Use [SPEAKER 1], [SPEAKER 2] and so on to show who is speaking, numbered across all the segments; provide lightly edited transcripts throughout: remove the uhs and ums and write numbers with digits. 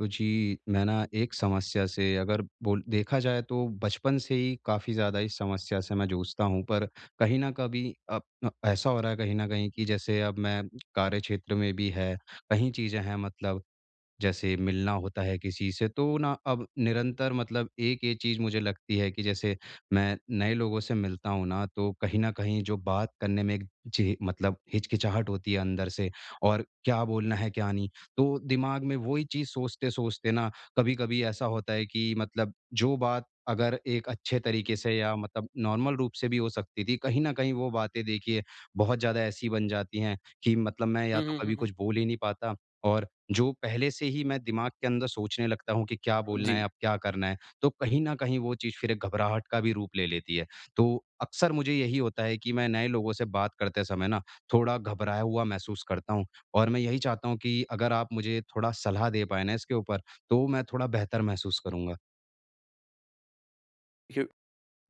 [SPEAKER 1] तो जी, मैं ना एक समस्या से अगर बोल देखा जाए तो बचपन से ही काफ़ी ज़्यादा इस समस्या से मैं जूझता हूँ। पर कहीं न कभी अब ऐसा हो रहा है कहीं न कहीं कि जैसे अब मैं कार्य क्षेत्र में भी है, कहीं चीज़ें हैं मतलब जैसे मिलना होता है किसी से तो ना अब निरंतर मतलब एक ये चीज़ मुझे लगती है कि जैसे मैं नए लोगों से मिलता हूँ ना, तो कहीं न कहीं जो बात करने में एक झि मतलब हिचकिचाहट होती है अंदर से और क्या बोलना है क्या नहीं। तो दिमाग में वही चीज़ सोचते-सोचते ना कभी-कभी ऐसा होता है कि मतलब जो बात अगर एक अच्छे तरीके से या मतलब नॉर्मल रूप से भी हो सकती थी, कहीं न कहीं वो बातें देखिए बहुत ज़्यादा ऐसी बन जाती हैं कि मतलब मैं या
[SPEAKER 2] हुँ,
[SPEAKER 1] तो
[SPEAKER 2] हुँ, हुँ,
[SPEAKER 1] कभी
[SPEAKER 2] हुँ।
[SPEAKER 1] कुछ बोल ही नहीं पाता। और जो पहले से ही मैं दिमाग के अंदर सोचने लगता हूँ कि क्या बोलना
[SPEAKER 2] जी।
[SPEAKER 1] है, अब क्या करना है, तो कहीं न कहीं वो चीज़ फिर एक घबराहट का भी रूप ले लेती है। तो अक्सर मुझे यही होता है कि मैं नए लोगों से बात करते समय ना थोड़ा घबराया हुआ महसूस करता हूँ, और मैं यही चाहता हूँ कि अगर आप मुझे थोड़ा सलाह दे पाएँ ना इसके ऊपर, तो मैं थोड़ा बेहतर महसूस करूँगा।
[SPEAKER 2] देखिए,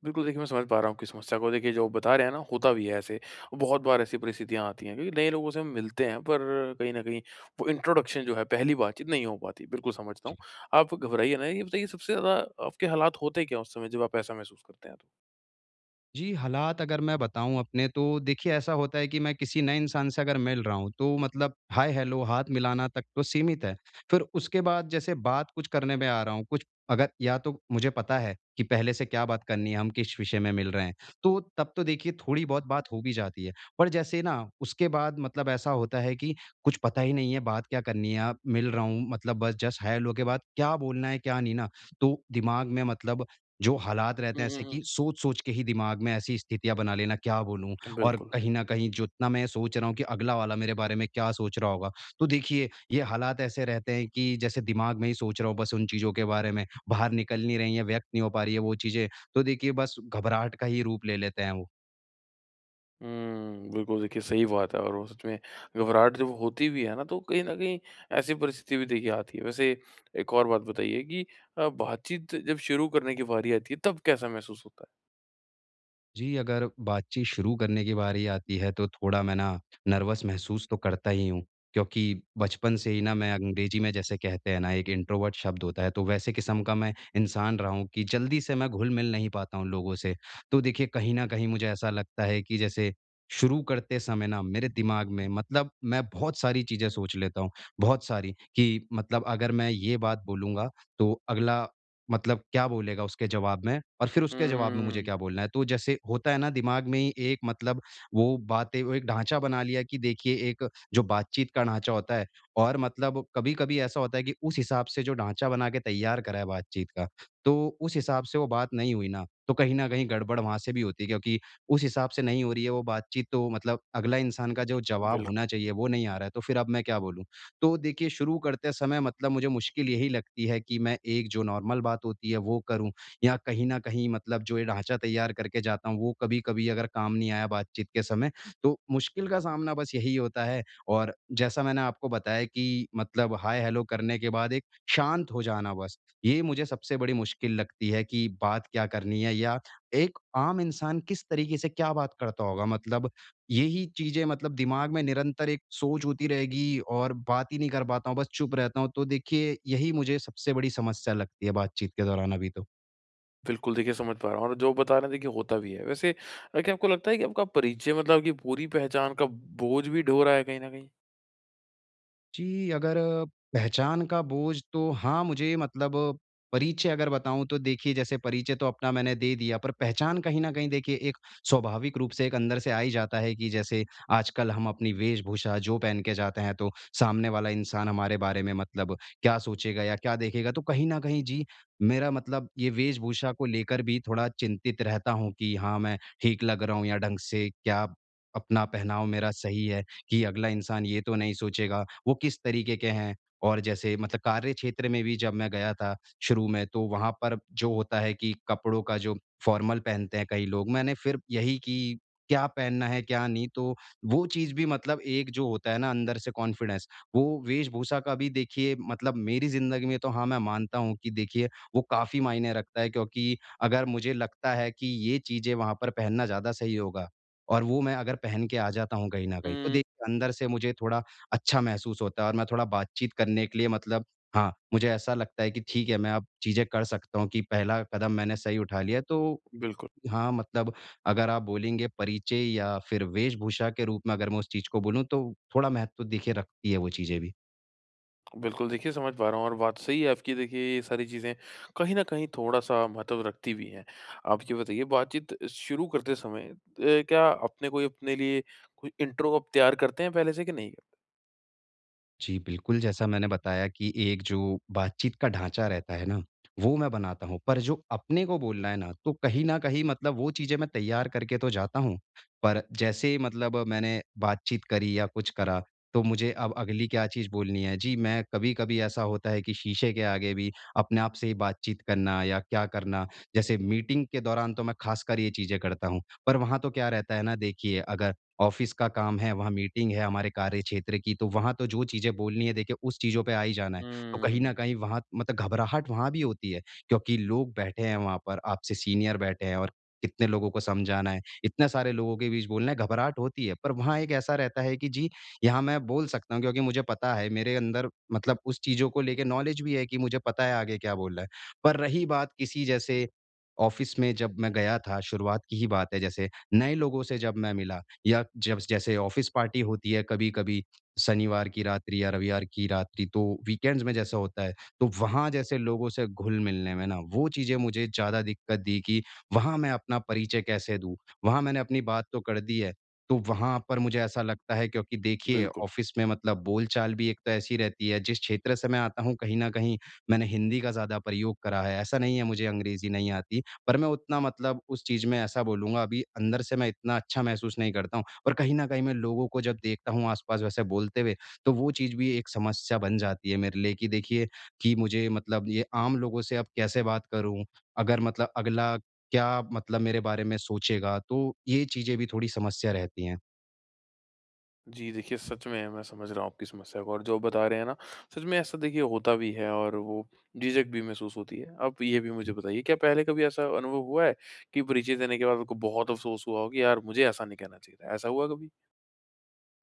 [SPEAKER 2] बिल्कुल, देखिए मैं समझ पा रहा हूँ आपकी समस्या को। देखिए, जो बता रहे हैं ना, होता भी है ऐसे। बहुत बार ऐसी परिस्थितियाँ आती हैं, क्योंकि नए लोगों से हम मिलते हैं, पर कहीं न कहीं वो इंट्रोडक्शन जो है, पहली बातचीत नहीं हो पाती। बिल्कुल समझता हूँ।
[SPEAKER 1] जी।
[SPEAKER 2] आप घबराइए ना, ये बताइए सबसे ज़्यादा आपके हालात होते क्या हैं उस समय जब आप ऐसा महसूस करते हैं तो?
[SPEAKER 1] जी, हालात अगर मैं बताऊँ अपने, तो देखिए ऐसा होता है कि मैं किसी नए इंसान से अगर मिल रहा हूँ तो मतलब हाय हेलो हाथ मिलाना तक तो सीमित है। फिर उसके बाद जैसे बात कुछ करने में आ रहा हूँ, कुछ अगर या तो मुझे पता है कि पहले से क्या बात करनी है, हम किस विषय में मिल रहे हैं, तो तब तो देखिए थोड़ी बहुत बात हो भी जाती है। पर जैसे ना उसके बाद मतलब ऐसा होता है कि कुछ पता ही नहीं है बात क्या करनी है, मिल रहा हूँ मतलब बस जस्ट हाय हेलो के बाद क्या बोलना है, क्या नहीं ना, तो दिमाग में मतलब जो हालात रहते
[SPEAKER 2] हुँ,
[SPEAKER 1] हैं
[SPEAKER 2] हुँ,
[SPEAKER 1] ऐसे
[SPEAKER 2] हुँ।
[SPEAKER 1] कि सोच-सोच के ही दिमाग में ऐसी स्थितियाँ बना लेना, क्या बोलूँ? और
[SPEAKER 2] बिल्कुल।
[SPEAKER 1] कहीं न कहीं जितना मैं सोच रहा हूँ कि अगला वाला मेरे बारे में क्या सोच रहा होगा? तो देखिए, ये हालात ऐसे रहते हैं कि जैसे दिमाग में ही सोच रहा हूँ बस उन चीज़ों के बारे में, बाहर निकल नहीं रही है, व्यक्त नहीं हो पा रही है वो चीज़ें। तो देखिए बस घबराहट का ही रूप ले लेते हैं वो।
[SPEAKER 2] हुँ, बिल्कुल, देखिए सही बात है और वो सच में घबराहट जब होती भी है ना, तो कहीं न कहीं ऐसी परिस्थिति भी देखिए आती है। वैसे एक और बात बताइए कि बातचीत जब शुरू करने की बारी आती है, तब कैसा महसूस होता है?
[SPEAKER 1] जी, अगर बातचीत शुरू करने की बारी आती है तो थोड़ा मैं ना नर्वस महसूस तो करता ही हूँ, क्योंकि बचपन से ही ना मैं अंग्रेजी में जैसे कहते हैं ना एक इंट्रोवर्ट शब्द होता है, तो वैसे किस्म का मैं इंसान रहा हूँ कि जल्दी से मैं घुल-मिल नहीं पाता हूँ लोगों से। तो देखिए कहीं न कहीं मुझे ऐसा लगता है कि जैसे शुरू करते समय ना मेरे दिमाग में मतलब मैं बहुत सारी चीज़ें सोच लेता हूँ, बहुत सारी कि मतलब अगर मैं ये बात बोलूँगा, तो अगला मतलब क्या बोलेगा उसके जवाब में, और फिर उसके जवाब में मुझे
[SPEAKER 2] हुँ,
[SPEAKER 1] क्या बोलना है। तो जैसे होता है ना दिमाग में ही एक मतलब वो बातें, वो एक ढाँचा बना लिया कि देखिए एक जो बातचीत का ढाँचा होता है, और मतलब कभी-कभी ऐसा होता है कि उस हिसाब से जो ढाँचा बना के तैयार करा है बातचीत का, तो उस हिसाब से वो बात नहीं हुई ना, तो कहीं न कहीं गड़बड़ वहाँ से भी होती है, क्योंकि उस हिसाब से नहीं हो रही है वो बातचीत, तो मतलब अगला इंसान का जो जवाब
[SPEAKER 2] बिल
[SPEAKER 1] होना चाहिए वो नहीं आ रहा है, तो फिर अब मैं क्या बोलूँ? तो देखिए शुरू करते समय मतलब मुझे मुश्किल यही लगती है कि मैं एक जो नॉर्मल बात होती है वो करूँ, या कहीं न कहीं मतलब जो ये ढाँचा तैयार करके जाता हूँ, वो कभी-कभी अगर काम नहीं आया बातचीत के समय, तो मुश्किल का सामना बस यही होता है। और जैसा मैंने आपको बताया कि मतलब हाय हेलो करने के बाद एक शांत हो जाना बस, ये मुझे सबसे बड़ी मुश्किल लगती है कि बात क्या करनी है, या एक आम इंसान किस तरीके से क्या बात करता होगा, मतलब यही चीज़ें मतलब दिमाग में निरंतर एक सोच होती रहेगी, और बात ही नहीं कर पाता हूँ, बस चुप रहता हूँ। तो देखिए, यही मुझे सबसे बड़ी समस्या लगती है बातचीत के दौरान अभी तो।
[SPEAKER 2] बिल्कुल देखिए समझ पा रहा हूँ, और जो बता रहे हैं देखिए होता भी है। वैसे क्या आपको लगता है कि आपका परिचय, मतलब आपकी पूरी पहचान का बोझ भी ढो रहा है कहीं न कहीं?
[SPEAKER 1] जी, अगर पहचान का बोझ तो हाँ, मुझे मतलब परिचय अगर बताऊँ, तो देखिए जैसे परिचय तो अपना मैंने दे दिया, पर पहचान कहीं न कहीं देखिए एक स्वाभाविक रूप से एक अंदर से आ ही जाता है कि जैसे आजकल हम अपनी वेशभूषा जो पहन के जाते हैं, तो सामने वाला इंसान हमारे बारे में मतलब क्या सोचेगा या क्या देखेगा? तो कहीं न कहीं जी, मेरा मतलब ये वेशभूषा को लेकर भी थोड़ा चिंतित रहता हूँ कि हाँ, मैं ठीक लग रहा हूँ या ढंग से, क्या अपना पहनाव मेरा सही है, कि अगला इंसान ये तो नहीं सोचेगा वो किस तरीके के हैं। और जैसे मतलब कार्य क्षेत्र में भी जब मैं गया था शुरू में, तो वहाँ पर जो होता है कि कपड़ों का जो फॉर्मल पहनते हैं कई लोग, मैंने फिर यही कि क्या पहनना है क्या नहीं, तो वो चीज़ भी मतलब एक जो होता है ना अंदर से कॉन्फिडेंस, वो वेशभूषा का भी देखिए मतलब मेरी ज़िंदगी में तो हाँ मैं मानता हूँ कि देखिए वो काफ़ी मायने रखता है, क्योंकि अगर मुझे लगता है कि ये चीज़ें वहाँ पर पहनना ज़्यादा सही होगा, और वो मैं अगर पहन के आ जाता हूँ कहीं न कहीं, तो
[SPEAKER 2] हुँ,
[SPEAKER 1] देखिए अंदर से मुझे थोड़ा अच्छा महसूस होता है, और मैं थोड़ा बातचीत करने के लिए मतलब हाँ, मुझे ऐसा लगता है कि ठीक है, मैं अब चीज़ें कर सकता हूँ कि पहला कदम मैंने सही उठा लिया है। तो
[SPEAKER 2] बिल्कुल।
[SPEAKER 1] हाँ, मतलब अगर आप बोलेंगे परिचय या फिर वेशभूषा के रूप में अगर मैं उस चीज़ को बोलूँ, तो थोड़ा महत्व देखिए रखती है वो चीज़ें भी।
[SPEAKER 2] बिल्कुल, देखिए समझ पा रहा हूँ, और बात सही है आपकी। देखिए ये सारी चीज़ें कहीं न कहीं थोड़ा-सा महत्व रखती भी हैं। आप ये बताइए, बातचीत शुरू करते समय क्या आपने कोई अपने लिए कोई इंट्रो आप तैयार करते हैं पहले से कि नहीं?
[SPEAKER 1] जी, बिल्कुल, जैसा मैंने बताया कि एक जो बातचीत का ढाँचा रहता है ना, वो मैं बनाता हूँ। पर जो अपने को बोलना है ना, तो कहीं न कहीं मतलब वो चीज़ें मैं तैयार करके तो जाता हूँ, पर जैसे मतलब मैंने बातचीत करी या कुछ करा, तो मुझे अब अगली क्या चीज़ बोलनी है। जी, मैं कभी-कभी ऐसा होता है कि शीशे के आगे भी अपने आप से ही बातचीत करना या क्या करना, जैसे मीटिंग के दौरान तो मैं ख़ासकर ये चीज़ें करता हूँ। पर वहाँ तो क्या रहता है ना, देखिए अगर ऑफिस का काम है, वहाँ मीटिंग है हमारे कार्य क्षेत्र की, तो वहाँ तो जो चीज़ें बोलनी है देखिए उस चीज़ों पे आ ही जाना है। तो कहीं न
[SPEAKER 2] हुँ,
[SPEAKER 1] कहीं वहाँ मतलब घबराहट वहाँ भी होती है, क्योंकि लोग बैठे हैं वहाँ पर, आपसे सीनियर बैठे हैं, और कितने लोगों को समझाना है, इतने सारे लोगों के बीच बोलना है, घबराहट होती है। पर वहाँ एक ऐसा रहता है कि जी, यहाँ मैं बोल सकता हूँ, क्योंकि मुझे पता है मेरे अंदर मतलब उस चीज़ों को लेके नॉलेज भी है, कि मुझे पता है आगे क्या बोलना है। पर रही बात किसी जैसे ऑफिस में जब मैं गया था, शुरुआत की ही बात है जैसे, नए लोगों से जब मैं मिला, या जब जैसे ऑफिस पार्टी होती है कभी-कभी शनिवार की रात्रि या रविवार की रात्रि, तो वीकेंड्स में जैसा होता है, तो वहाँ जैसे लोगों से घुल-मिलने में ना वो चीज़ें मुझे ज़्यादा दिक्कत दी कि वहाँ मैं अपना परिचय कैसे दूँ? वहाँ मैंने अपनी बात तो कर दी है, तो वहाँ पर मुझे ऐसा लगता है, क्योंकि देखिए
[SPEAKER 2] बिल्कुल।
[SPEAKER 1] ऑफिस में मतलब बोलचाल भी एक तो ऐसी रहती है, जिस क्षेत्र से मैं आता हूँ कहीं न कहीं मैंने हिंदी का ज़्यादा प्रयोग करा है, ऐसा नहीं है मुझे अंग्रेज़ी नहीं आती। पर मैं उतना मतलब उस चीज़ में ऐसा बोलूँगा अभी अंदर से मैं इतना अच्छा महसूस नहीं करता हूँ। और कहीं न कहीं मैं लोगों को जब देखता हूँ आस-पास वैसे बोलते हुए, तो वो चीज़ भी एक समस्या बन जाती है मेरे लिए, कि देखिए कि मुझे मतलब ये आम लोगों से अब कैसे बात करूँ? अगर मतलब अगला क्या मतलब मेरे बारे में सोचेगा? तो ये चीज़ें भी थोड़ी समस्या रहती हैं।
[SPEAKER 2] जी, देखिए सच में मैं समझ रहा हूँ आपकी समस्या को, और जो आप बता रहे हैं ना, सच में ऐसा देखिए होता भी है, और वो झिझक भी महसूस होती है। आप ये भी मुझे बताइए, क्या पहले कभी ऐसा अनुभव हुआ है कि परिचय देने के बाद आपको बहुत अफ़सोस हुआ हो कि यार, मुझे ऐसा नहीं कहना चाहिए था, ऐसा हुआ कभी?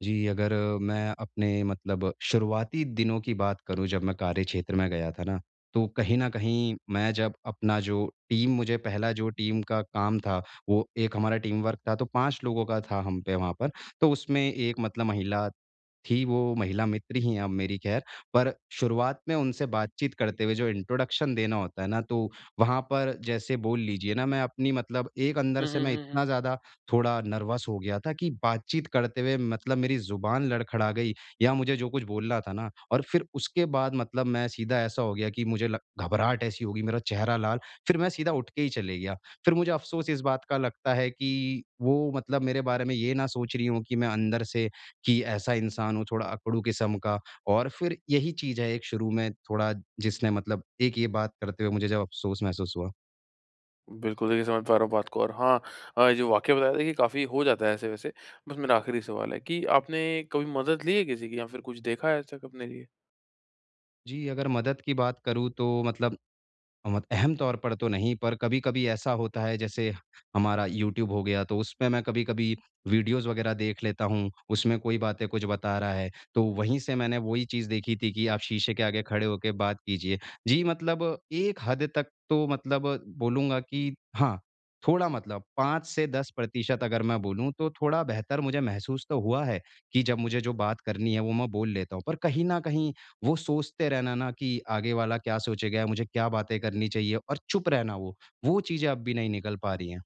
[SPEAKER 1] जी, अगर मैं अपने मतलब शुरुआती दिनों की बात करूँ, जब मैं कार्य क्षेत्र में गया था ना, तो कहीं न कहीं मैं जब अपना जो टीम मुझे पहला जो टीम का काम था, वो एक हमारा टीम वर्क था, तो 5 लोगों का था हम पे वहाँ पर। तो उसमें एक मतलब महिला थी, वो महिला मित्र ही हैं अब मेरी ख़ैर, पर शुरुआत में उनसे बातचीत करते हुए जो इंट्रोडक्शन देना होता है ना, तो वहाँ पर जैसे बोल लीजिए ना, मैं अपनी मतलब एक अंदर
[SPEAKER 2] हम्म
[SPEAKER 1] से
[SPEAKER 2] हम्म
[SPEAKER 1] मैं
[SPEAKER 2] हम्म, हम्म।
[SPEAKER 1] इतना ज़्यादा थोड़ा नर्वस हो गया था कि बातचीत करते हुए मतलब मेरी ज़ुबान लड़खड़ा गई, या मुझे जो कुछ बोलना था ना, और फिर उसके बाद मतलब मैं सीधा ऐसा हो गया कि मुझे लग घबराहट ऐसी हो गई, मेरा चेहरा लाल, फिर मैं सीधा उठ के ही चले गया। फिर मुझे अफ़सोस इस बात का लगता है कि वो मतलब मेरे बारे में ये ना सोच रही हों कि मैं अंदर से कि ऐसा इंसान हूँ थोड़ा अकड़ू किस्म का, और फिर यही चीज़ है एक शुरू में थोड़ा जिसने मतलब एक ये बात करते हुए मुझे जब अफ़सोस महसूस हुआ।
[SPEAKER 2] बिल्कुल, देखिए समझ पा रहा हूँ बात को, और हाँ, जो वाक़या बताया, देखिए काफ़ी हो जाता है ऐसे वैसे। बस मेरा आखिरी सवाल है कि आपने कभी मदद ली है किसी की, या फिर कुछ देखा है ऐसा अपने लिए?
[SPEAKER 1] जी, अगर मदद की बात करूँ, तो मतलब मत अहम तौर पर तो नहीं, पर कभी-कभी ऐसा होता है जैसे हमारा यूट्यूब हो गया, तो उसपे मैं कभी-कभी वीडियोज़ वग़ैरह देख लेता हूँ, उसमें कोई बातें कुछ बता रहा है, तो वहीं से मैंने वही चीज़ देखी थी कि आप शीशे के आगे खड़े होके बात कीजिए। जी, मतलब एक हद तक तो मतलब बोलूँगा कि हाँ, थोड़ा मतलब 5 से 10% अगर मैं बोलूँ, तो थोड़ा बेहतर मुझे महसूस तो हुआ है कि जब मुझे जो बात करनी है वो मैं बोल लेता हूँ, पर कहीं न कहीं वो सोचते रहना ना कि आगे वाला क्या सोचेगा, मुझे क्या बातें करनी चाहिए, और चुप रहना वो चीज़ें अब भी नहीं निकल पा रही हैं।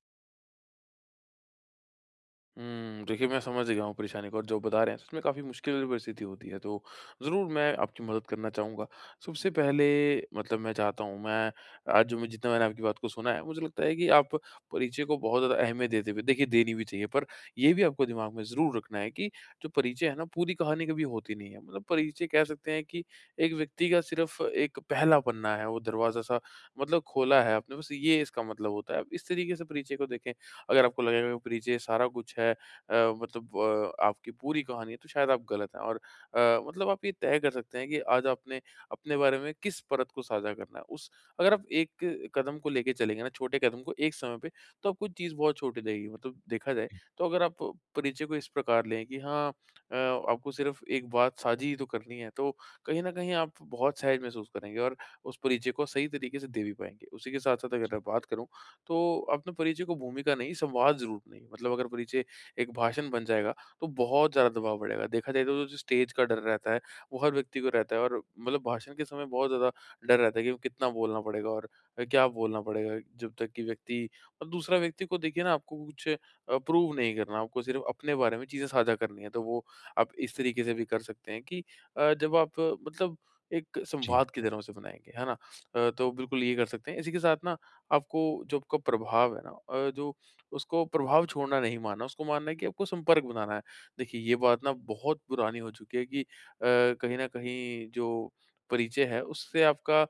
[SPEAKER 2] हुँ, देखिए मैं समझ गया हूँ परेशानी को, और जो बता रहे हैं सच में काफ़ी मुश्किल वाली परिस्थिति होती है, तो ज़रूर मैं आपकी मदद करना चाहूँगा। सबसे पहले, मतलब मैं चाहता हूँ, मैं आज जो मैं जितना मैंने आपकी बात को सुना है, मुझे लगता है कि आप परिचय को बहुत ज़्यादा अहमियत देते हुए, देखिए देनी भी चाहिए, पर ये भी आपको दिमाग में ज़रूर रखना है कि जो परिचय है ना, पूरी कहानी कभी होती नहीं है। मतलब परिचय कह सकते हैं कि एक व्यक्ति का सिर्फ़ एक पहला पन्ना है, वो दरवाज़ा-सा मतलब खोला है आपने, बस ये इसका मतलब होता है। आप इस तरीके से परिचय को देखें, अगर आपको लगेगा कि पीछे सारा कुछ है, मतलब आपकी पूरी कहानी है, तो शायद आप गलत हैं। और मतलब आप ये तय कर सकते हैं कि आज आपने अपने बारे में किस परत को साझा करना है। उस अगर आप एक कदम को लेके चलेंगे ना, छोटे कदम को एक समय पे, तो आपको चीज़ बहुत छोटी लगेगी। मतलब देखा जाए, तो अगर आप परिचय को इस प्रकार लें कि हाँ, आपको सिर्फ एक बात साझी ही तो करनी है, तो कहीं ना कहीं आप बहुत सहज महसूस करेंगे, और उस परिचय को सही तरीके से दे भी पाएंगे। उसी के साथ साथ अगर मैं बात करूँ, तो अपने परिचय को भूमिका नहीं, संवाद ज़रूर बनाइए। मतलब अगर परिचय एक भाषण बन जाएगा, तो बहुत ज़्यादा दबाव बढ़ेगा। देखा जाए, तो जो स्टेज का डर रहता है, वो हर व्यक्ति को रहता है, और मतलब भाषण के समय बहुत ज़्यादा डर रहता है कि कितना बोलना पड़ेगा, और क्या बोलना पड़ेगा, जब तक कि व्यक्ति और दूसरा व्यक्ति को देखिए ना, आपको कुछ प्रूव नहीं करना, आपको सिर्फ़ अपने बारे में चीज़ें साझा करनी है। तो वो आप इस तरीके से भी कर सकते हैं कि जब आप मतलब एक
[SPEAKER 1] जी।
[SPEAKER 2] संवाद की तरह उसे बनाएँगे, है ना? तो बिल्कुल ये कर सकते हैं। इसी के साथ ना, आपको जो आपका प्रभाव है ना, जो उसको प्रभाव छोड़ना नहीं मानना, उसको मानना है कि आपको संपर्क बनाना है। देखिए ये बात ना बहुत पुरानी हो चुकी है कि कहीं न कहीं जो परिचय है, उससे आपका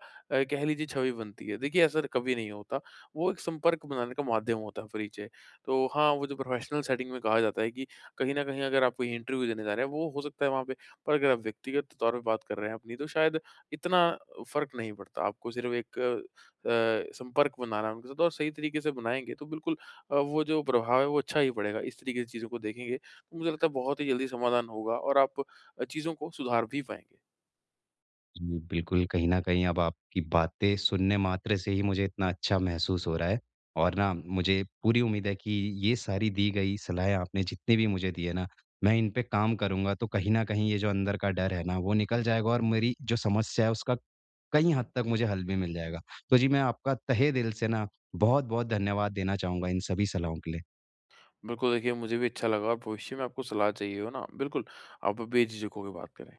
[SPEAKER 2] कह लीजिए छवि बनती है। देखिए ऐसा कभी नहीं होता, वो एक संपर्क बनाने का माध्यम होता है परिचय। तो हाँ, वो जो प्रोफ़ेशनल सेटिंग में कहा जाता है कि कहीं न कहीं अगर आप कोई इंटरव्यू देने जा रहे हैं, वो हो सकता है वहाँ पे, पर अगर आप व्यक्तिगत तौर पे बात कर रहे हैं अपनी, तो शायद इतना फ़र्क नहीं पड़ता। आपको सिर्फ़ एक संपर्क बनाना है उनके साथ, और सही तरीके से बनाएँगे तो बिल्कुल वो जो प्रभाव है वो अच्छा ही पड़ेगा। इस तरीके से चीज़ों को देखेंगे, तो मुझे लगता है बहुत ही जल्दी समाधान होगा, और आप चीज़ों को सुधार भी पाएँगे।
[SPEAKER 1] जी, बिल्कुल, कहीं न कहीं अब आपकी बातें सुनने मात्र से ही मुझे इतना अच्छा महसूस हो रहा है, और ना मुझे पूरी उम्मीद है कि ये सारी दी गई सलाहें आपने जितनी भी मुझे दी है ना, मैं इन पे काम करूँगा, तो कहीं न कहीं ये जो अंदर का डर है ना, वो निकल जाएगा, और मेरी जो समस्या है उसका कई हद तक मुझे हल भी मिल जाएगा। तो जी, मैं आपका तहे दिल से ना बहुत-बहुत धन्यवाद देना चाहूँगा इन सभी सलाहों के लिए।
[SPEAKER 2] बिल्कुल देखिए मुझे भी अच्छा लगा, और भविष्य में आपको सलाह चाहिए हो ना, बिल्कुल आप बेझिझक होके बात करें।